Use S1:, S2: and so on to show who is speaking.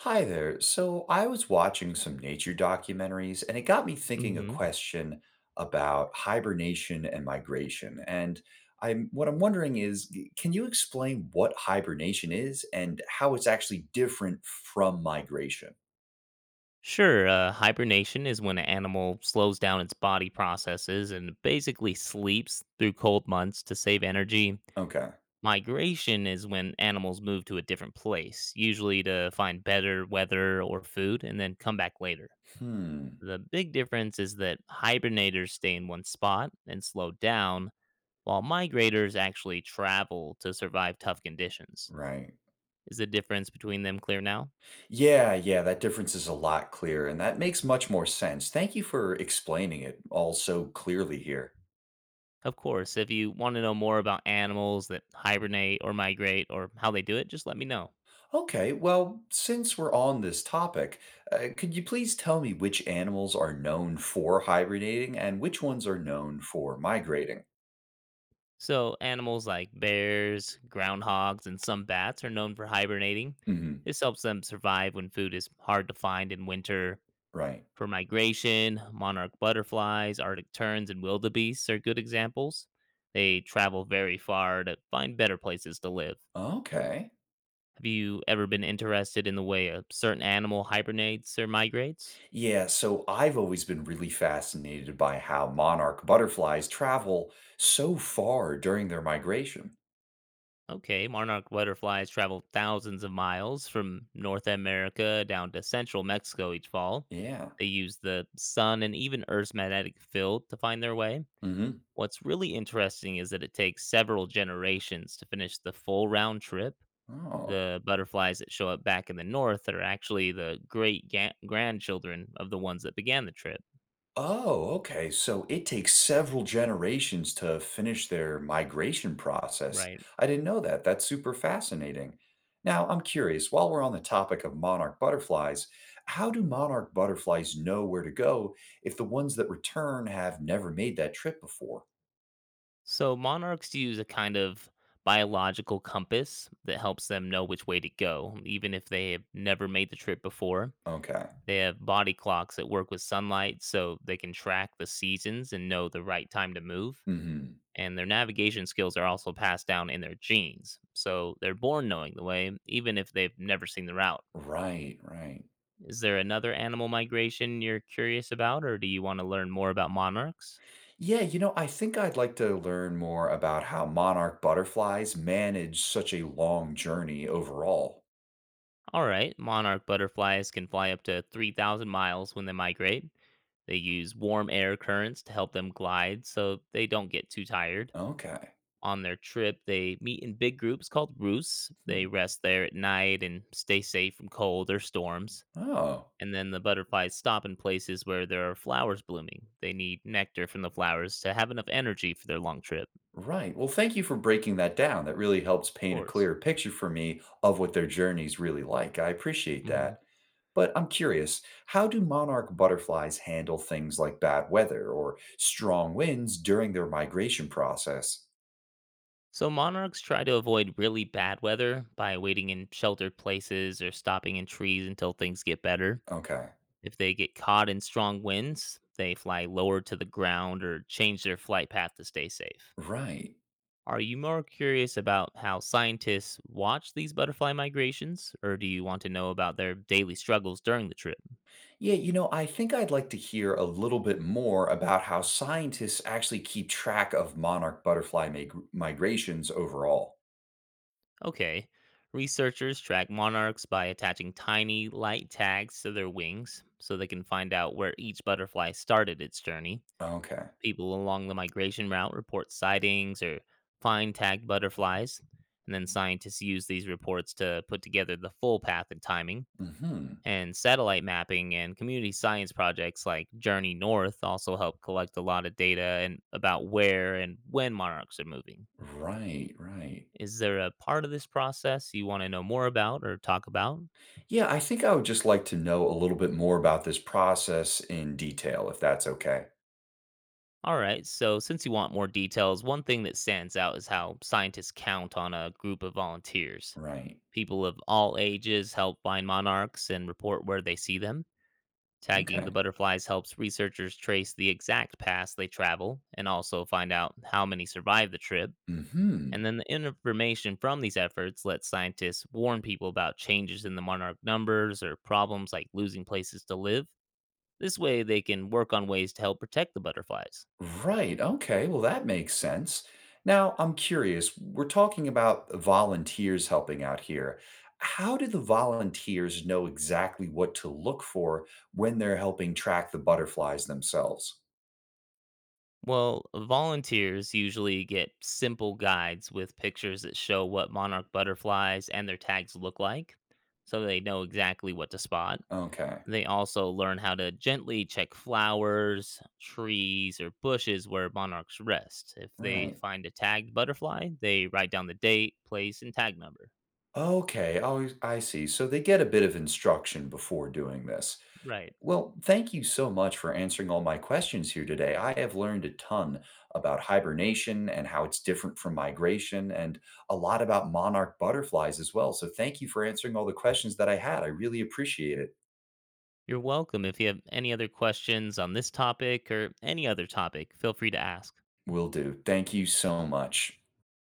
S1: Hi there. So I was watching some nature documentaries and it got me thinking a
S2: Hmm.
S1: question about hibernation and migration. And I'm what I'm wondering is, can you explain what hibernation is and how it's actually different from migration?
S2: Sure, hibernation is when an animal slows down its body processes and basically sleeps through cold months to save energy.
S1: Okay.
S2: Migration is when animals move to a different place, usually to find better weather or food, and then come back later.
S1: Hmm.
S2: The big difference is that hibernators stay in one spot and slow down, while migrators actually travel to survive tough conditions.
S1: Right.
S2: Is the difference between them clear now?
S1: Yeah, yeah, that difference is a lot clearer and that makes much more sense. Thank you for explaining it all so clearly here.
S2: Of course, if you want to know more about animals that hibernate or migrate or how they do it, just let me know.
S1: Okay, well, since we're on this topic, could you please tell me which animals are known for hibernating and which ones are known for migrating?
S2: So, animals like bears, groundhogs, and some bats are known for hibernating.
S1: Hmm.
S2: This helps them survive when food is hard to find in winter.
S1: Right.
S2: For migration, monarch butterflies, arctic terns, and wildebeests are good examples. They travel very far to find better places to live.
S1: Okay.
S2: Have you ever been interested in the way a certain animal hibernates or migrates?
S1: Yeah, so I've always been really fascinated by how monarch butterflies travel so far during their migration.
S2: Okay, monarch butterflies travel thousands of miles from North America down to central Mexico each fall.
S1: Yeah.
S2: They use the sun and even Earth's magnetic field to find their way.
S1: Hmm.
S2: What's really interesting is that it takes several generations to finish the full round trip.
S1: Oh.
S2: The butterflies that show up back in the north are actually the great grandchildren of the ones that began the trip,
S1: Oh, okay. So it takes several generations to finish their migration process.
S2: right?
S1: I didn't know that. That's super fascinating. Now, I'm curious, while we're on the topic of monarch butterflies, how do monarch butterflies know where to go if the ones that return have never made that trip before?
S2: So monarchs use a kind of biological compass that helps them know which way to go, even if they have never made the trip before.
S1: Okay.
S2: They have body clocks that work with sunlight so they can track the seasons and know the right time to move.
S1: Hmm.
S2: And their navigation skills are also passed down in their genes. So they're born knowing the way, even if they've never seen the route.
S1: Right, right.
S2: Is there another animal migration you're curious about, or do you want to learn more about monarchs?
S1: Yeah, I think I'd like to learn more about how monarch butterflies manage such a long journey overall.
S2: All right, monarch butterflies can fly up to 3,000 miles when they migrate. They use warm air currents to help them glide so they don't get too tired.
S1: Okay.
S2: On their trip, they meet in big groups called roosts. They
S1: Hmm.
S2: rest there at night and stay safe from cold or storms.
S1: Oh.
S2: And then the butterflies stop in places where there are flowers blooming. They need nectar from the flowers to have enough energy for their long trip.
S1: Right. Well, thank you for breaking that down. That really helps
S2: Of
S1: paint a
S2: course.
S1: clearer picture for me of what their journey's really like. I appreciate
S2: Mhm.
S1: that. But I'm curious, how do monarch butterflies handle things like bad weather or strong winds during their migration process?
S2: So monarchs try to avoid really bad weather by waiting in sheltered places or stopping in trees until things get better.
S1: Okay.
S2: If they get caught in strong winds, they fly lower to the ground or change their flight path to stay safe.
S1: Right.
S2: Are you more curious about how scientists watch these butterfly migrations, or do you want to know about their daily struggles during the trip?
S1: Yeah, I think I'd like to hear a little bit more about how scientists actually keep track of monarch butterfly migrations overall.
S2: Okay, researchers track monarchs by attaching tiny, light tags to their wings so they can find out where each butterfly started its journey.
S1: Okay.
S2: People along the migration route report sightings or find tagged butterflies, and then scientists use these reports to put together the full path and timing.
S1: Mhm.
S2: And satellite mapping and community science projects like Journey North also help collect a lot of data and about where and when monarchs are moving.
S1: Right, right.
S2: Is there a part of this process you want to know more about or talk about?
S1: Yeah, I think I would just like to know a little bit more about this process in detail, if that's okay.
S2: All right, so since you want more details, one thing that stands out is how scientists count on a group of volunteers.
S1: Right.
S2: People of all ages help find monarchs and report where they see them. Tagging
S1: Okay.
S2: the butterflies helps researchers trace the exact paths they travel and also find out how many survive the trip.
S1: Hmm.
S2: And then the information from these efforts lets scientists warn people about changes in the monarch numbers or problems like losing places to live. This way, they can work on ways to help protect the butterflies.
S1: Right. Okay. Well, that makes sense. Now, I'm curious. We're talking about volunteers helping out here. How do the volunteers know exactly what to look for when they're helping track the butterflies themselves?
S2: Well, volunteers usually get simple guides with pictures that show what monarch butterflies and their tags look like, so they know exactly what to spot.
S1: Okay.
S2: They also learn how to gently check flowers, trees, or bushes where monarchs rest. If they
S1: Right.
S2: find a tagged butterfly, they write down the date, place, and tag number.
S1: Okay. Oh, I see. So they get a bit of instruction before doing this.
S2: Right.
S1: Well, thank you so much for answering all my questions here today. I have learned a ton about hibernation and how it's different from migration, and a lot about monarch butterflies as well. So, thank you for answering all the questions that I had. I really appreciate it.
S2: You're welcome. If you have any other questions on this topic or any other topic, feel free to ask.
S1: Will do. Thank you so much.